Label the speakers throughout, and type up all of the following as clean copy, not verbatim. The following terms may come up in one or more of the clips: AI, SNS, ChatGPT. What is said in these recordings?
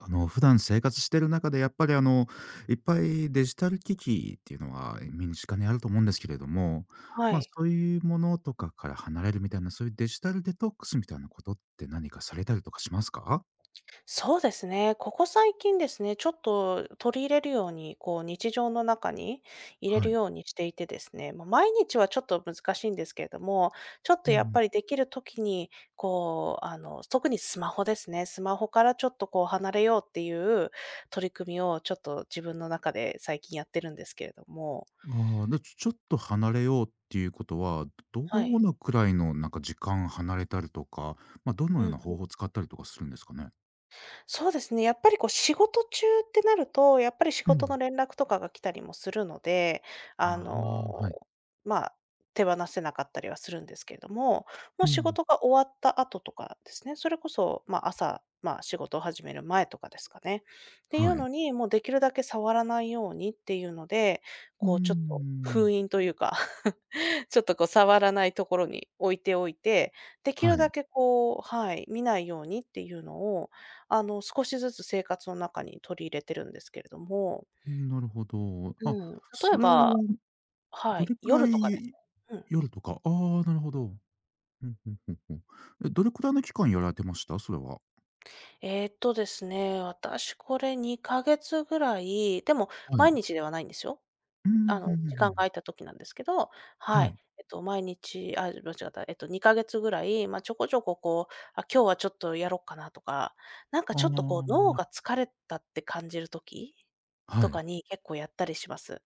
Speaker 1: 普段生活してる中でやっぱりいっぱいデジタル機器っていうのは身近にあると思うんですけれども、
Speaker 2: は
Speaker 1: まあ、
Speaker 2: い。
Speaker 1: そういうものとかから離れるみたいな、そういうデジタルデトックスみたいなことって何かされたりとかしますか？
Speaker 2: そうですね。ここ最近ですね、ちょっと取り入れるように、こう日常の中に入れ
Speaker 1: は
Speaker 2: る
Speaker 1: い。
Speaker 2: ようにしていてですね、まあ、毎日はちょっと難しいんですけれども、ちょっ
Speaker 1: う
Speaker 2: とやっ
Speaker 1: ん。
Speaker 2: ぱりできる時に、こう、特にスマホですね。スマホからちょっとこう離れようっていう取り組みをちょっと自分の中で最近やってるんですけれども。
Speaker 1: ああ、で、ちょっと離れようっていうことは、ど
Speaker 2: はい。
Speaker 1: のくらいのなんか時間離れたりとか、ま、どのよ
Speaker 2: う
Speaker 1: う
Speaker 2: ん。
Speaker 1: な方法を使ったりとかするんですかね？
Speaker 2: そうですね、やっぱりこう仕事中ってなると、やっぱり仕
Speaker 1: う
Speaker 2: 事の
Speaker 1: ん。
Speaker 2: 連絡とかが来たりもするので、あ
Speaker 1: あ
Speaker 2: の、
Speaker 1: あ、はい。
Speaker 2: まあ、手放せなかったりはするんですけれども、も
Speaker 1: う
Speaker 2: う仕
Speaker 1: ん。
Speaker 2: 事が終わった後とかですね、それこそ、まあ、朝、まあ、仕事を始める前とかですかね。ってい
Speaker 1: は
Speaker 2: うの
Speaker 1: い。
Speaker 2: に、もうできるだけ触らないようにっていうので、
Speaker 1: うー
Speaker 2: こうちょっと封
Speaker 1: ん。
Speaker 2: 印というか ちょっとこう触らないところに置いておいて、でき
Speaker 1: は
Speaker 2: る
Speaker 1: い。
Speaker 2: だけこうはい、見ないようにっていうのを、少しずつ生活の中に取り入れてるんですけれども、
Speaker 1: うん、なるほど。あ、
Speaker 2: うん、例
Speaker 1: そ
Speaker 2: え
Speaker 1: れは
Speaker 2: ばは
Speaker 1: どれ
Speaker 2: い、
Speaker 1: くら
Speaker 2: 夜とかです
Speaker 1: い
Speaker 2: ね。うん。
Speaker 1: 夜とかああ、なるほど。うんうんうんうん。え、どれくらいの期間やられてました？それは。
Speaker 2: ですね、私これ2ヶ月ぐらい、でも
Speaker 1: はい。
Speaker 2: 毎日ではないんですよ。
Speaker 1: うん、うんうんう
Speaker 2: 時間が空
Speaker 1: ん。
Speaker 2: いた時なんですけど、は
Speaker 1: は
Speaker 2: い。
Speaker 1: い。
Speaker 2: えっと、毎日、あ、間違った、えっと、2か月ぐらい、まあ、ちょこちょここう、あ、今日はちょっとやろっかなとか、なんか
Speaker 1: あ
Speaker 2: ちょっとこう、脳
Speaker 1: あ、
Speaker 2: が疲れたって感じる時
Speaker 1: は
Speaker 2: と
Speaker 1: い、
Speaker 2: かに結構やったりします。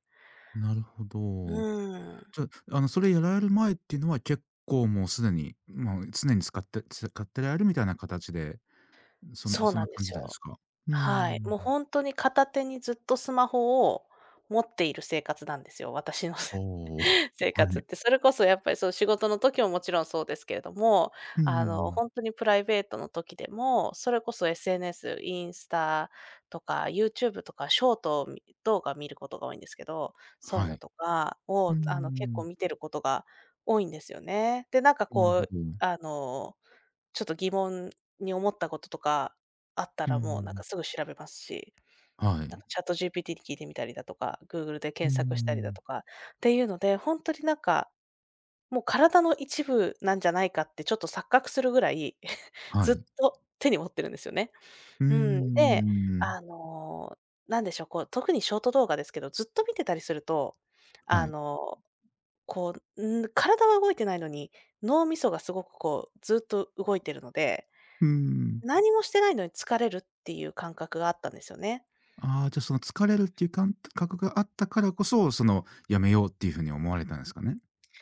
Speaker 1: なるほ
Speaker 2: う
Speaker 1: ど。
Speaker 2: ーん、
Speaker 1: じゃあ、あの、それやられる前っていうのは結構もうすでに、まあ常に使ってられるみたいな形で、
Speaker 2: そう
Speaker 1: そん
Speaker 2: な
Speaker 1: な
Speaker 2: んで
Speaker 1: 感
Speaker 2: す
Speaker 1: じでです
Speaker 2: よ。
Speaker 1: か？う
Speaker 2: はい。
Speaker 1: ん。
Speaker 2: もうほんとに片手にずっとスマホを持っている生活なんですよ、私の
Speaker 1: おお、は
Speaker 2: 生活っ
Speaker 1: い。
Speaker 2: て、それこそやっぱり、そう仕事の時ももちろんそうですけれども、
Speaker 1: うん
Speaker 2: ほんとにプライベートの時でも、それこそ SNS、インスタとか YouTube とかショートをみ動画見ることが多いんですけど、そういう
Speaker 1: は
Speaker 2: の
Speaker 1: い。
Speaker 2: とか
Speaker 1: う
Speaker 2: を、結構
Speaker 1: ん
Speaker 2: 見てることが多いんですよね。で、なんか
Speaker 1: なる
Speaker 2: こ
Speaker 1: ほ
Speaker 2: う、
Speaker 1: ど。
Speaker 2: あの、ちょっと疑問に思ったこととかあった
Speaker 1: う
Speaker 2: ら、もうなん
Speaker 1: ん。
Speaker 2: かすぐ調べますし、
Speaker 1: は
Speaker 2: なん
Speaker 1: い。
Speaker 2: か ChatGPT に聞いてみたりだとか、Google で
Speaker 1: うー
Speaker 2: 検索したりだ
Speaker 1: ん。
Speaker 2: とかっていうので、ほんとになんかもう体の一部なんじゃないかってちょっと錯覚するぐらい
Speaker 1: は
Speaker 2: ずっ
Speaker 1: い。
Speaker 2: と手に持ってるんですよね。
Speaker 1: うー
Speaker 2: うん。で、
Speaker 1: ん。
Speaker 2: あの、なんでしょう、こう、特にショート動画ですけど、ずっと見てたりすると、
Speaker 1: は
Speaker 2: あ
Speaker 1: い。
Speaker 2: の、こう、体は動いてないのに、脳みそがすごくこう、ずっと動いてるので、
Speaker 1: うーん。
Speaker 2: 何もしてないのに疲れるっていう感覚があったんですよね。
Speaker 1: ああ、じゃ、その疲れるっていう感覚があったからこそ、そのやめようっていうふうに思われたんですかね？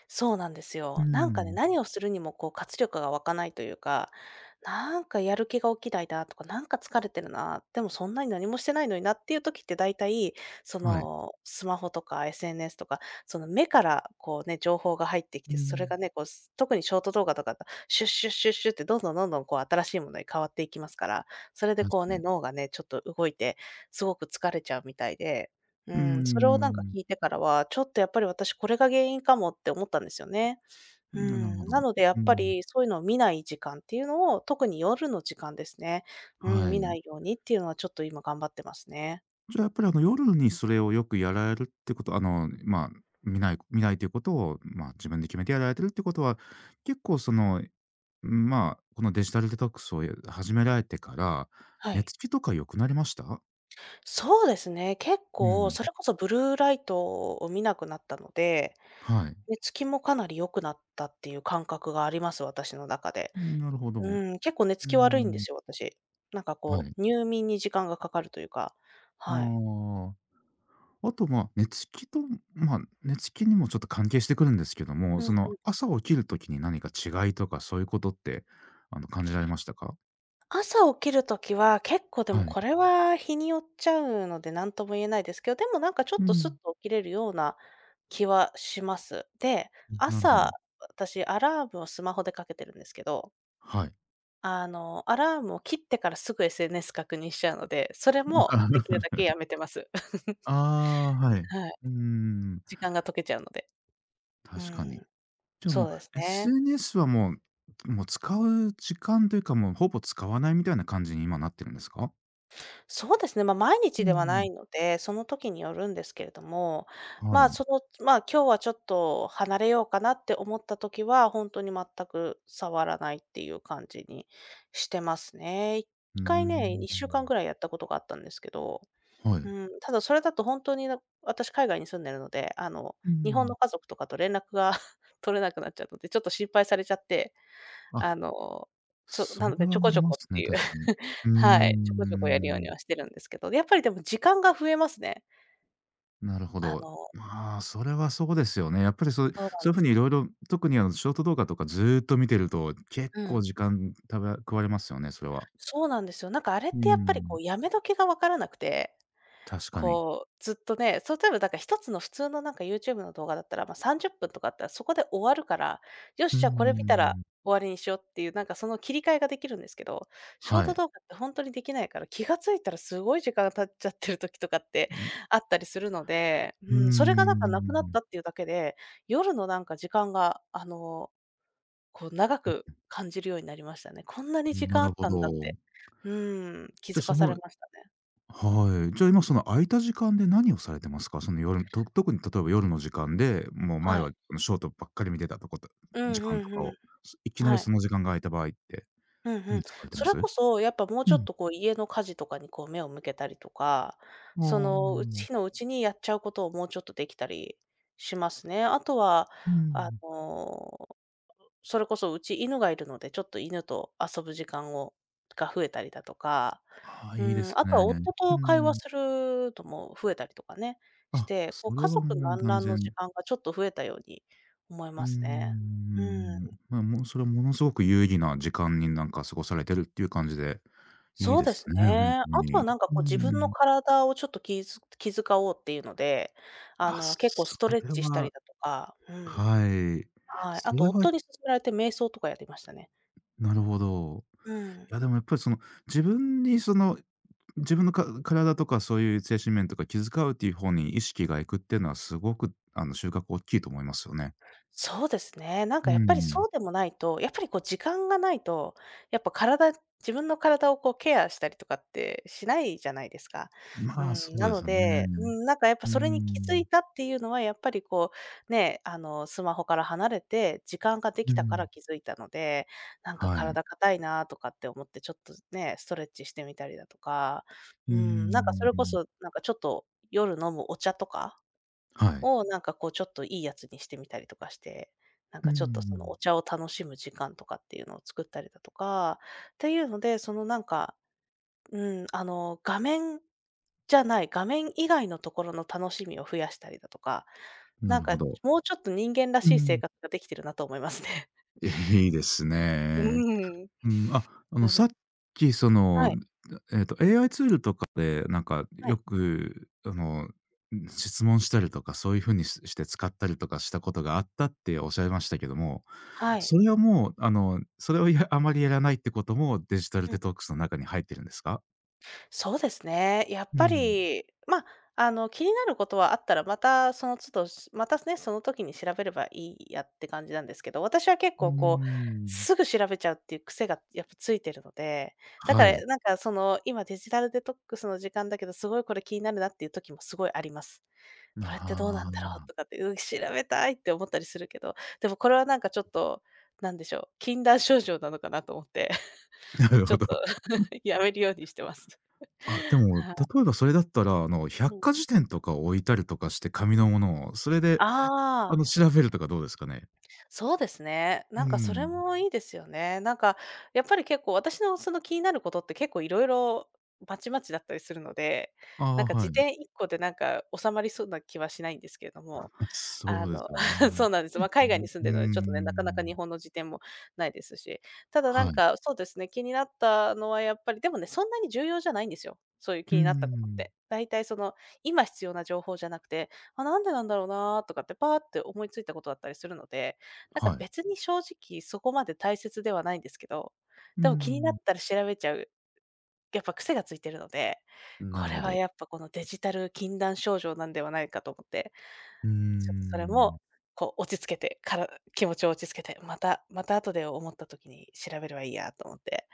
Speaker 2: そうなんです
Speaker 1: うー
Speaker 2: よ。なんかね、
Speaker 1: ん。
Speaker 2: 何をするにもこう活力が湧かないというかなんかやる気が起きないなとか、なんか疲れてるな、でもそんなに何もしてないのになっていう時って大体、そ
Speaker 1: はい。
Speaker 2: の、スマホとか SNS とか、その目からこうね、情報が入ってき
Speaker 1: うー
Speaker 2: て、それ
Speaker 1: ん。
Speaker 2: がね、こう、特にショート動画とかだと、シュッシュッシュッシュッってどんどんどんどんこう新しいものに変わっていきますから、それで
Speaker 1: 確
Speaker 2: こう
Speaker 1: か
Speaker 2: ね、
Speaker 1: に。
Speaker 2: 脳がね、ちょっと動いて、すごく疲れちゃうみたいで、う
Speaker 1: うー
Speaker 2: ん、それをなんか
Speaker 1: ん。
Speaker 2: 聞いてからは、ちょっとやっぱり私これが原因かもって思ったんですよね。う
Speaker 1: なる
Speaker 2: ん、
Speaker 1: ほ
Speaker 2: な
Speaker 1: ど。
Speaker 2: のでや
Speaker 1: う
Speaker 2: っぱ
Speaker 1: ん。
Speaker 2: りそういうのを見ない時間っていうのを、特に夜の時間ですね。うん、
Speaker 1: は
Speaker 2: 見な
Speaker 1: い。
Speaker 2: いようにっていうのはちょっと今頑張ってますね。
Speaker 1: じゃあ、やっぱりあの夜にそれをよくやられるってこと、あの、まあ、見ないということを、まあ、自分で決めてやられてるってことは、結構そのまあ、このデジタルデトックスを始められてから、
Speaker 2: は
Speaker 1: 寝
Speaker 2: い。
Speaker 1: つきとか良くなりました？
Speaker 2: そうですね、結
Speaker 1: う
Speaker 2: 構
Speaker 1: ん、
Speaker 2: それこそブルーライトを見なくなったので、
Speaker 1: はい。
Speaker 2: 寝つきもかなり良くなったっていう感覚があります、私の中で。
Speaker 1: なるほど。う
Speaker 2: うん、結構寝つ
Speaker 1: ー
Speaker 2: き悪いんで
Speaker 1: ん、
Speaker 2: すよ、私。なんか
Speaker 1: は
Speaker 2: こ
Speaker 1: い。
Speaker 2: う、入眠に時間がかかるというか、
Speaker 1: あ
Speaker 2: はい。
Speaker 1: あ、あと、まあ、寝つきとまあ、寝つきにもちょっと関係してくるんですけども、その、朝起きる時に何か違いとかそういうことって、あの、感じられましたか？
Speaker 2: 朝起きるときは、結構で
Speaker 1: は
Speaker 2: も
Speaker 1: い。
Speaker 2: これは日によっちゃうので、何とも言えないですけど、でもなんかちょ
Speaker 1: う
Speaker 2: っとスッ
Speaker 1: ん、
Speaker 2: と起きれるような気はします。で、
Speaker 1: なるほ
Speaker 2: 朝、
Speaker 1: ど。
Speaker 2: 私アラームをスマホでかけてるんですけど、
Speaker 1: はい。
Speaker 2: アラームを切ってからすぐ SNS 確認しちゃうので、それもできる だけやめてます。
Speaker 1: ああ、はい。
Speaker 2: はい。
Speaker 1: うーん、
Speaker 2: 時間が溶けちゃうので。う
Speaker 1: 確か
Speaker 2: ん、
Speaker 1: に。じゃあ
Speaker 2: そ
Speaker 1: も
Speaker 2: うです
Speaker 1: う、
Speaker 2: ね。
Speaker 1: SNS はもう使う時間というか、もうほぼ使わないみたいな感じに今なってるんですか？
Speaker 2: そうですね、まあ、毎
Speaker 1: う
Speaker 2: 日ではな
Speaker 1: ん。
Speaker 2: いので、その時によるんですけれども、
Speaker 1: は
Speaker 2: まあ、
Speaker 1: い。
Speaker 2: その、まあ、今日はちょっと離れようかなって思った時は、本当に全く触らないっていう感じにしてますね。1
Speaker 1: うー
Speaker 2: 回ね、2週間ぐ
Speaker 1: ん。
Speaker 2: らいやったことがあったんですけど、
Speaker 1: はい。
Speaker 2: うん、ただそれだと本当に、私海外に住んでるので、
Speaker 1: う
Speaker 2: 日本
Speaker 1: ん。
Speaker 2: の家族とかと連絡が 取れなくなっちゃうので、ちょっと心配されちゃって、
Speaker 1: あ、
Speaker 2: あの、な
Speaker 1: そ
Speaker 2: の
Speaker 1: れ
Speaker 2: で
Speaker 1: は
Speaker 2: ちょ
Speaker 1: あ
Speaker 2: こ
Speaker 1: り
Speaker 2: ちょ
Speaker 1: ま
Speaker 2: こっ
Speaker 1: す
Speaker 2: て
Speaker 1: ね、
Speaker 2: いう。
Speaker 1: 確かに。うー
Speaker 2: はい、ちょこちょこやるように
Speaker 1: ん。
Speaker 2: はしてるんですけど、やっぱりでも時間が増えますね。
Speaker 1: なるほ
Speaker 2: あ
Speaker 1: ど。
Speaker 2: の
Speaker 1: まあ、それはそうですよね。やっぱり
Speaker 2: そうなん
Speaker 1: そういう
Speaker 2: で
Speaker 1: 風
Speaker 2: す
Speaker 1: に
Speaker 2: よ。
Speaker 1: 色々、特にあのショート動画とかずっと見てると、結
Speaker 2: う
Speaker 1: 構
Speaker 2: ん。
Speaker 1: 時間食われますよね、それは。
Speaker 2: そうなんですよ。なんかあれっ
Speaker 1: うー
Speaker 2: てやっぱり
Speaker 1: ん、
Speaker 2: こうやめ時がわからなくて
Speaker 1: 確かに。
Speaker 2: こう、ずっとね、そう、例えばだから一つの普通のなんか YouTube の動画だったら、ま、30分とかあったらそこで終わるから、よ
Speaker 1: う
Speaker 2: し、
Speaker 1: ー
Speaker 2: じゃあこれ見たら
Speaker 1: ん。
Speaker 2: 終わりにしようっていう、なんかその切り替えができるんですけど、ショー
Speaker 1: は
Speaker 2: ト
Speaker 1: い。
Speaker 2: 動画ってほんとにできないから、気が付いたらすごい時間が経っちゃってる時とかってあったりするので、
Speaker 1: うー
Speaker 2: うん、それがなんかなくなっ
Speaker 1: ん、
Speaker 2: たっていうだけで、夜のなんか時間が、こう長く感じるようになりましたね。こんなに時
Speaker 1: な
Speaker 2: 間あ
Speaker 1: る
Speaker 2: っ
Speaker 1: ほ
Speaker 2: たんだっ
Speaker 1: ど。
Speaker 2: て、うん、気
Speaker 1: じゃ、
Speaker 2: づ
Speaker 1: そ
Speaker 2: かさ
Speaker 1: の
Speaker 2: れましたね。
Speaker 1: はい。じゃあ、今その空いた時間で何をされてますか？その特に例えば夜の時間で、もう前
Speaker 2: はい。
Speaker 1: はショートばっかり見てたとこと
Speaker 2: う
Speaker 1: 時
Speaker 2: ん
Speaker 1: 間
Speaker 2: う
Speaker 1: とか
Speaker 2: んう
Speaker 1: を、いき
Speaker 2: ん。
Speaker 1: なり
Speaker 2: は
Speaker 1: そ
Speaker 2: い。
Speaker 1: の時間が空いた場合って、
Speaker 2: うんう
Speaker 1: 何
Speaker 2: ん。
Speaker 1: 使われて
Speaker 2: そ
Speaker 1: ま
Speaker 2: れ
Speaker 1: す？
Speaker 2: こ
Speaker 1: う
Speaker 2: そ、やっぱもうちょっ
Speaker 1: ん。
Speaker 2: とこう家の家事とかにこう目を向けたりとか、そ
Speaker 1: ああ、
Speaker 2: の、うちのうちにやっちゃうことをもうちょっとできたりしますね。あとは、
Speaker 1: う
Speaker 2: あ
Speaker 1: ん。
Speaker 2: の、それこそうち犬がいるので、ちょっと犬と遊ぶ時間をが増えたりだとか、
Speaker 1: ああ、
Speaker 2: う
Speaker 1: いいで
Speaker 2: ん、
Speaker 1: す
Speaker 2: あとは
Speaker 1: ね。
Speaker 2: 夫
Speaker 1: う
Speaker 2: と会話
Speaker 1: ん。
Speaker 2: するのも増えたりとかね、し
Speaker 1: あ、
Speaker 2: て、こ
Speaker 1: そ
Speaker 2: う
Speaker 1: れ
Speaker 2: 家
Speaker 1: は
Speaker 2: 族の
Speaker 1: もう
Speaker 2: 団
Speaker 1: 断
Speaker 2: らんの
Speaker 1: 然
Speaker 2: 時間がちょっと増えたように思い
Speaker 1: うー
Speaker 2: ますね。う
Speaker 1: ん。
Speaker 2: ん。
Speaker 1: まあ、もうそれはものすごく有意義な時間になんか過ごされてるっていう感じでいい
Speaker 2: そう
Speaker 1: で
Speaker 2: で
Speaker 1: す
Speaker 2: す
Speaker 1: ね、ほんと
Speaker 2: ね。あとは
Speaker 1: に。
Speaker 2: なんか
Speaker 1: う
Speaker 2: こう自分の
Speaker 1: ん
Speaker 2: 体をちょっと気遣おうっていうので、
Speaker 1: あ、
Speaker 2: 結構
Speaker 1: そ
Speaker 2: ストレッ
Speaker 1: れ
Speaker 2: チしたり
Speaker 1: は
Speaker 2: だとか、うん、
Speaker 1: はい。
Speaker 2: はい。あ
Speaker 1: そ
Speaker 2: と
Speaker 1: れは
Speaker 2: 夫に勧められて瞑想とかやりましたね。
Speaker 1: なるほど。
Speaker 2: うん。
Speaker 1: いや、でもやっぱりその、自分にその、自分の体とかそういう精神面とか気遣うっていう方に意識がいくっていうのはすごく、あの、収穫大きいと思いますよね。
Speaker 2: そうですね。なん
Speaker 1: う
Speaker 2: かやっぱり
Speaker 1: ん。
Speaker 2: そうでもないと、やっぱりこう時間がないと、やっぱ体自分の体をこうケアしたりとかってしないじゃないですか。う
Speaker 1: まあ、
Speaker 2: ん、
Speaker 1: そう
Speaker 2: な
Speaker 1: です
Speaker 2: の
Speaker 1: よ
Speaker 2: で、う
Speaker 1: ね。
Speaker 2: ん、なんかやっぱ
Speaker 1: うー
Speaker 2: それに気づ
Speaker 1: ん。
Speaker 2: いたっていうのは、やっぱりこう、ね、スマホから離れて、時間がで
Speaker 1: う
Speaker 2: きたから
Speaker 1: ん。
Speaker 2: 気づいたので、なんか
Speaker 1: はい。
Speaker 2: 体硬いなとかって思って、ちょっとね、ストレッチしてみたりだとか、
Speaker 1: うー
Speaker 2: うん、なんかそれこ
Speaker 1: ん。
Speaker 2: そ、なんかちょっと夜飲むお茶とか
Speaker 1: はい。
Speaker 2: を、なんかこうちょっといいやつにしてみたりとかして、なん
Speaker 1: うー
Speaker 2: かちょっとその
Speaker 1: ん。
Speaker 2: お茶を楽しむ時間とかっていうのを作ったりだとか、っていうので、そのなんか、うん、画面じゃない、画面以外のところの楽しみを増やしたりだとか、
Speaker 1: な
Speaker 2: なん
Speaker 1: るほ
Speaker 2: か
Speaker 1: ど。
Speaker 2: もうちょっと人間ら
Speaker 1: う
Speaker 2: しい生
Speaker 1: ん。
Speaker 2: 活ができてるなと思いますね。
Speaker 1: いいですね。ええ
Speaker 2: うん。
Speaker 1: うん、あ、あの、
Speaker 2: な
Speaker 1: さ
Speaker 2: の
Speaker 1: っきそ
Speaker 2: は
Speaker 1: の、
Speaker 2: い、
Speaker 1: えっと、AI ツールとかで、なんか
Speaker 2: は
Speaker 1: よ
Speaker 2: い、
Speaker 1: く、あの、質問したりとか、そういう風にして使ったりとかしたことがあったっておっしゃいましたけども、
Speaker 2: はい。
Speaker 1: それはもう、あの、それをあまりやらないってことも、デジタル
Speaker 2: う
Speaker 1: デ
Speaker 2: ん。
Speaker 1: トックスの中に入ってるんですか？
Speaker 2: そうですね。やっ
Speaker 1: う
Speaker 2: ぱ
Speaker 1: ん。
Speaker 2: り、まあ、気になることはあったら、またその都度、またね、その時に調べればいいやって感じなんですけど、私は結
Speaker 1: うー
Speaker 2: 構こう、
Speaker 1: ん。
Speaker 2: すぐ調べちゃうっていう癖がやっぱついてるので、だか
Speaker 1: はい。
Speaker 2: らなんかその、今デジタルデトックスの時間だけど、すごいこれ気になるなっていう時もすごいあります。これってどう
Speaker 1: あ
Speaker 2: なんだろう
Speaker 1: あ、
Speaker 2: とかって、うん、調べたいって思ったりするけど、でもこれはなんかちょっと、なんでしょう、禁断症状なのかなと思って。
Speaker 1: なる
Speaker 2: ちょ
Speaker 1: ほ
Speaker 2: っ
Speaker 1: ど。
Speaker 2: と やめるようにしてます。
Speaker 1: あ、で も、
Speaker 2: はい。
Speaker 1: 例えばそれだったら、あの、
Speaker 2: う
Speaker 1: 百
Speaker 2: ん。
Speaker 1: 科事典とかを置いたりとかして、紙のものを、それで、あ
Speaker 2: ああ、
Speaker 1: の、調べるとかどうですかね？
Speaker 2: そうですね。
Speaker 1: う
Speaker 2: なんかそれ
Speaker 1: ん。
Speaker 2: もいいですよね。なんか、やっぱり結構私のその気になることって結構いろいろまちまちだったりするので、
Speaker 1: あ
Speaker 2: なん
Speaker 1: あ、
Speaker 2: か
Speaker 1: は
Speaker 2: 辞
Speaker 1: い。
Speaker 2: 典1個でなんか収まりそうな気はしないんですけれども、
Speaker 1: そ
Speaker 2: あ
Speaker 1: うです
Speaker 2: の、
Speaker 1: よね。
Speaker 2: そうなんです。まあ、海外に住ん
Speaker 1: う
Speaker 2: でるので、ちょっとね、なかなか
Speaker 1: ん。
Speaker 2: 日本の辞典もないですし、ただな
Speaker 1: は
Speaker 2: ん
Speaker 1: い。
Speaker 2: か、そうですね、気になったのはやっぱり、でもね、そんなに重要じゃないんですよ。そういう気
Speaker 1: う
Speaker 2: になったことっ
Speaker 1: ん。
Speaker 2: て。だいたいその、今必要な情報じゃなくて、あ、なんでなんだろうなーとかってパーって思いついたことだったりするので、なんか
Speaker 1: はい。
Speaker 2: 別に正直そこまで大切ではないんですけど、
Speaker 1: う
Speaker 2: でも気になっ
Speaker 1: ん。
Speaker 2: たら調べちゃう、やっぱ癖がついてるので、
Speaker 1: な
Speaker 2: こ
Speaker 1: る
Speaker 2: れ
Speaker 1: ほ
Speaker 2: は
Speaker 1: ど。
Speaker 2: やっぱこのデジタル禁断症状なんではないかと思って、
Speaker 1: う
Speaker 2: ちょっとそれ
Speaker 1: ん、
Speaker 2: も、こう落ち着けて、から気持ちを落ち着けて、また後で思った時に調べればいいやと思って、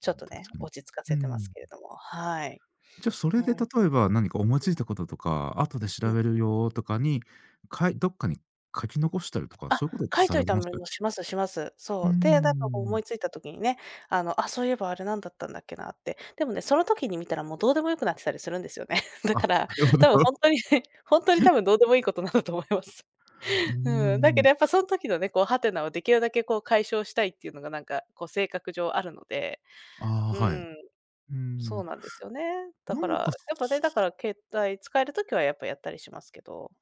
Speaker 2: ちょっとね、
Speaker 1: 確かに。
Speaker 2: 落ち着か
Speaker 1: う
Speaker 2: せてます
Speaker 1: ん。
Speaker 2: けれども、はい。
Speaker 1: じゃあ、それ
Speaker 2: う
Speaker 1: で
Speaker 2: ん、う
Speaker 1: 例
Speaker 2: ん。
Speaker 1: えば何か思いついたこととか、後で調べるよとかに、どっかに書き残したりとか、
Speaker 2: あ、
Speaker 1: そういうことって
Speaker 2: 書い
Speaker 1: さ
Speaker 2: と
Speaker 1: れ
Speaker 2: い
Speaker 1: て
Speaker 2: た
Speaker 1: ま
Speaker 2: も
Speaker 1: す？
Speaker 2: のもします。
Speaker 1: うー
Speaker 2: そう。で、なんかこう思
Speaker 1: ん。
Speaker 2: いついた時にね、あ、そういえばあれなんだったんだっけなって。でもね、その時に見たらもうどうでもよくなってたりするんですよね。だ
Speaker 1: あ、
Speaker 2: から、
Speaker 1: なる
Speaker 2: 多
Speaker 1: ほ
Speaker 2: 分
Speaker 1: ど。
Speaker 2: 本当に 本当に多分どうでもいいことなんだと思います。
Speaker 1: うー
Speaker 2: うん、だけど
Speaker 1: ん。
Speaker 2: やっぱその時のね、こうハテナをできるだけこう解消したいっていうのがなんかこう性格上あるので、
Speaker 1: あ
Speaker 2: う
Speaker 1: あ、はい。う
Speaker 2: ん、
Speaker 1: ー
Speaker 2: そ
Speaker 1: ん。
Speaker 2: うなんですよね。だ
Speaker 1: な
Speaker 2: か
Speaker 1: ん
Speaker 2: ら、
Speaker 1: か
Speaker 2: やっぱね、だから携帯使える時はやっぱやったりしますけど。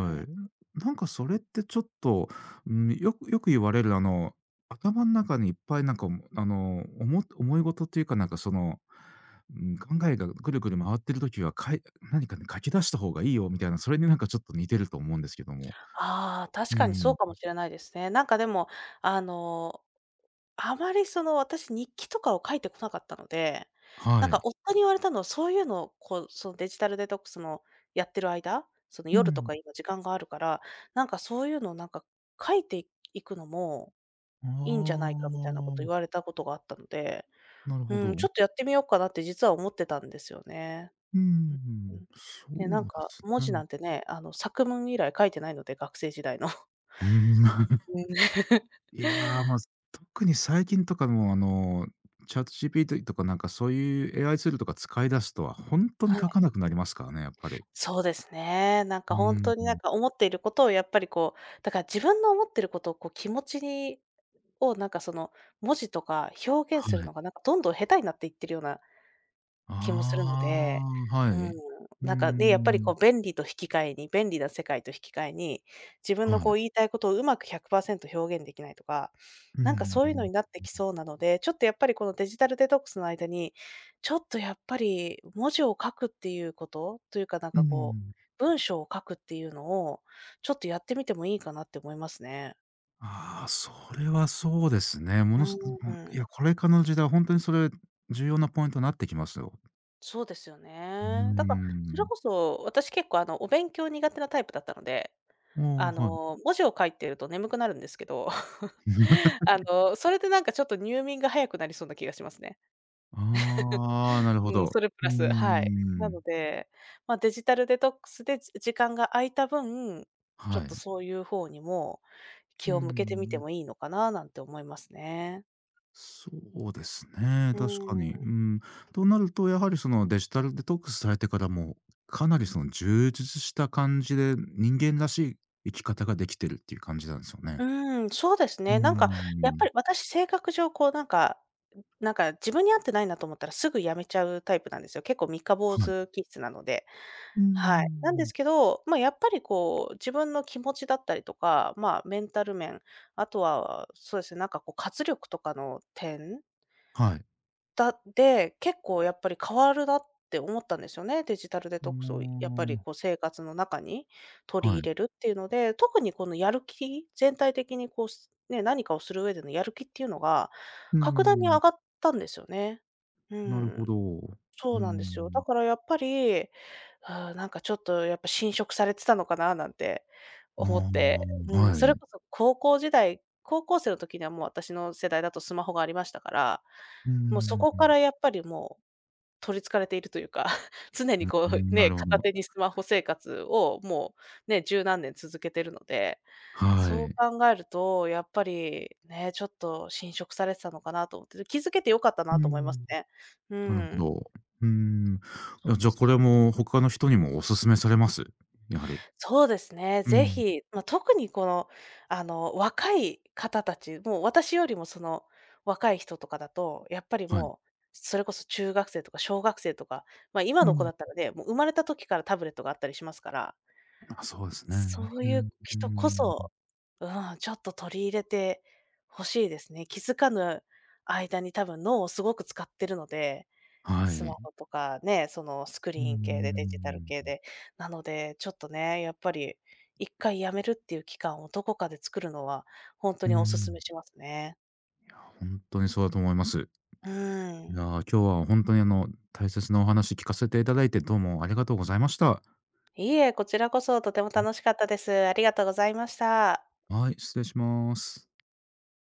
Speaker 2: うん。
Speaker 1: い。なんかそれってちょっと、うん、よくよく言われるあの、頭の中にいっぱいなんか、あの、思い事っていうかなんかその、うん、考えがぐるぐる回ってる時は、何かね、書き出した方がいいよみたいな、それになんかちょっと似てると思うんですけども。
Speaker 2: ああ、確
Speaker 1: う
Speaker 2: かにそ
Speaker 1: ん。
Speaker 2: うかもしれないですね。なんかでも、あの、あまりその、私日記とかを書いてこなかったので、
Speaker 1: は
Speaker 2: なんか
Speaker 1: い。
Speaker 2: 夫に言われたのは、そういうのをこう、そのデジタルデトックスのやってる間、その
Speaker 1: う
Speaker 2: 夜と
Speaker 1: ん。
Speaker 2: か今時間があるから、なんかそういうのをなんか書いていくのも
Speaker 1: あ
Speaker 2: いいんじゃないかみたいなこと
Speaker 1: あ、
Speaker 2: 言われたことがあったので、
Speaker 1: なるほ
Speaker 2: うん、
Speaker 1: ど。
Speaker 2: ちょっとやってみようかなって実は思ってたんですよね。
Speaker 1: う
Speaker 2: うんう
Speaker 1: ん、
Speaker 2: ん。
Speaker 1: そ
Speaker 2: ね、なん
Speaker 1: うで
Speaker 2: か
Speaker 1: す
Speaker 2: 文字
Speaker 1: ね。
Speaker 2: なんてね、あの作文以来書いてないので、学生時代の。
Speaker 1: うん。
Speaker 2: うん。
Speaker 1: いやー、まあ、特に最近とかも、あの、ChatGPT とかなんかそういう AI ツールとか使い出すとは、本当に
Speaker 2: はい、
Speaker 1: 書かなくなりますからね、やっぱり。
Speaker 2: そうですね。なん
Speaker 1: う
Speaker 2: か本当になん
Speaker 1: ん、
Speaker 2: か思っていることをやっぱりこう、だから自分の思っていることをこう気持ちにをなんかその文字とか表現
Speaker 1: は
Speaker 2: する
Speaker 1: い。
Speaker 2: のがなんかどんどん下手になっていってるような気もするので、
Speaker 1: ああ、は
Speaker 2: うん、
Speaker 1: い。う
Speaker 2: なんかで、やっぱり
Speaker 1: ん。
Speaker 2: こう便利な世界と引き換えに、自
Speaker 1: は
Speaker 2: 分の
Speaker 1: い。
Speaker 2: こう言いたいことをうまく100%表現できないとか、
Speaker 1: う
Speaker 2: なんか
Speaker 1: ん
Speaker 2: そ
Speaker 1: う
Speaker 2: ういうのに
Speaker 1: ん
Speaker 2: なってきそうなので、ちょっとやっぱりこのデジタルデトックスの間に、ちょっとやっぱり文字を書くっていうことというか、なんかこう、文章を書くっていうのを、ちょっとやってみてもいいかなって思いますね。
Speaker 1: ああ、それはそうですね。ものす
Speaker 2: う
Speaker 1: もう、い
Speaker 2: ん。
Speaker 1: や、これからの時代は当にそれ、重要なポイントになってきますよ。
Speaker 2: そうですよ
Speaker 1: うー
Speaker 2: ね。だから、それ
Speaker 1: ん。
Speaker 2: こそ私結構あのお勉強苦手なタイプだったので、
Speaker 1: おーはい。
Speaker 2: 文字を書いてると眠くなるんですけど、それでなんかちょっと入眠が早くなりそうな気がしますね。
Speaker 1: ああ、なるほ
Speaker 2: うん、
Speaker 1: ど。
Speaker 2: それプ
Speaker 1: う
Speaker 2: ラ
Speaker 1: ー
Speaker 2: ス、はい。な
Speaker 1: ん。
Speaker 2: ので、まあ、デジタルデトックスで時間が空いた分、ちょ
Speaker 1: は
Speaker 2: っと
Speaker 1: い。
Speaker 2: そういう方にも
Speaker 1: う
Speaker 2: 気
Speaker 1: ー
Speaker 2: を向けてみて
Speaker 1: ん。
Speaker 2: もいいのかななんて思いますね。
Speaker 1: そうですね、
Speaker 2: う
Speaker 1: 確かに。
Speaker 2: ん。
Speaker 1: うん。となると、やはりそのデジタルデトックスされてからも、かなりその充実した感じで、人間らしい生き方ができてるっていう感じなんですよね。
Speaker 2: うん、そうです
Speaker 1: うー
Speaker 2: ね。なんかやっぱ
Speaker 1: ん。
Speaker 2: り私性格上こうなんか自分に合ってないなと思ったらすぐ辞めちゃうタイプなんですよ。結構三日坊
Speaker 1: はい。
Speaker 2: 主気質なので。
Speaker 1: うー
Speaker 2: はい。なんで
Speaker 1: ん。
Speaker 2: すけど、まあ、やっぱりこう、自分の気持ちだったりとか、まあ、メンタル面、あとは、そうですね、なんかこう活力とかの点
Speaker 1: はい。
Speaker 2: たで、結構やっぱり変わるなって思ったんですよね。デジタルデトックスをやっ
Speaker 1: あ
Speaker 2: ぱりこう生活の中に
Speaker 1: あ、
Speaker 2: 取り
Speaker 1: は
Speaker 2: 入れ
Speaker 1: い。
Speaker 2: るっていうので、特にこのやる気、全体的にこう、何かをする上でのやる気っていうのが
Speaker 1: う。うー
Speaker 2: 格段に上
Speaker 1: ん。
Speaker 2: がったんですよね。う
Speaker 1: なるほ
Speaker 2: ん。
Speaker 1: ど。うー
Speaker 2: そうなんですよ。だ
Speaker 1: ん。
Speaker 2: からやっぱり、なんかちょっとやっぱ侵食されてたのかななんて
Speaker 1: あ
Speaker 2: 思って、
Speaker 1: あ、
Speaker 2: うん、そ
Speaker 1: は
Speaker 2: れ
Speaker 1: い。
Speaker 2: こそ高校生の時にはもう私の世代だとスマホがありましたから、
Speaker 1: うー
Speaker 2: もうそこから
Speaker 1: ん。
Speaker 2: やっぱりもう取り憑かれているというか、常
Speaker 1: う
Speaker 2: にこ
Speaker 1: ーん、
Speaker 2: う
Speaker 1: な
Speaker 2: ね、
Speaker 1: るほ
Speaker 2: 片
Speaker 1: ど。
Speaker 2: 手にスマホ生活をもうね、十何年続けてるので、
Speaker 1: は
Speaker 2: そう
Speaker 1: い。
Speaker 2: 考えるとやっぱりね、ちょっと侵食されてたのかなと思って、気づけて良かった
Speaker 1: うー
Speaker 2: なと思います
Speaker 1: ん。
Speaker 2: ね。う
Speaker 1: なるほ
Speaker 2: ん、
Speaker 1: ど。うーん。い
Speaker 2: そ
Speaker 1: や、
Speaker 2: う
Speaker 1: じ
Speaker 2: で
Speaker 1: ゃあ、
Speaker 2: す
Speaker 1: こ
Speaker 2: ね。
Speaker 1: れも他の人にもお勧めされます？やはり。
Speaker 2: そうですね、
Speaker 1: う
Speaker 2: ぜ
Speaker 1: ん。
Speaker 2: ひ、まあ、特にこの、若い方たち、もう私よりもその若い人とかだと、やっぱり
Speaker 1: はい。
Speaker 2: もう、それこそ中学生とか小学生とか、ま、今
Speaker 1: う
Speaker 2: の子
Speaker 1: ん、
Speaker 2: だったらね、もう生まれた時からタブレットがあったりしますから、
Speaker 1: あ、そうですね。
Speaker 2: そう
Speaker 1: う
Speaker 2: い
Speaker 1: ん、
Speaker 2: う
Speaker 1: うー
Speaker 2: 人こ
Speaker 1: ん。
Speaker 2: そ、うん、ちょっと取り入れてほしいですね。気づかぬ間に多分脳をすごく使ってるので、
Speaker 1: は
Speaker 2: スマ
Speaker 1: い。
Speaker 2: ホとかね、そのスク
Speaker 1: うー
Speaker 2: リーン系でデジタル系
Speaker 1: ん。
Speaker 2: で。なので、ちょっとね、やっぱり一回やめるっていう期間をどこかで作るのは、ほんと
Speaker 1: うー
Speaker 2: にお勧
Speaker 1: ん。
Speaker 2: めしますね。
Speaker 1: ほんとにそうだと思います。いや、
Speaker 2: うーん。
Speaker 1: 今日はほんとに、あの、大切なお話聞かせていただいて、どうもありがとうございました。
Speaker 2: いいえ、こちらこそとても楽しかったです。ありがとうございました。
Speaker 1: はい、失礼します。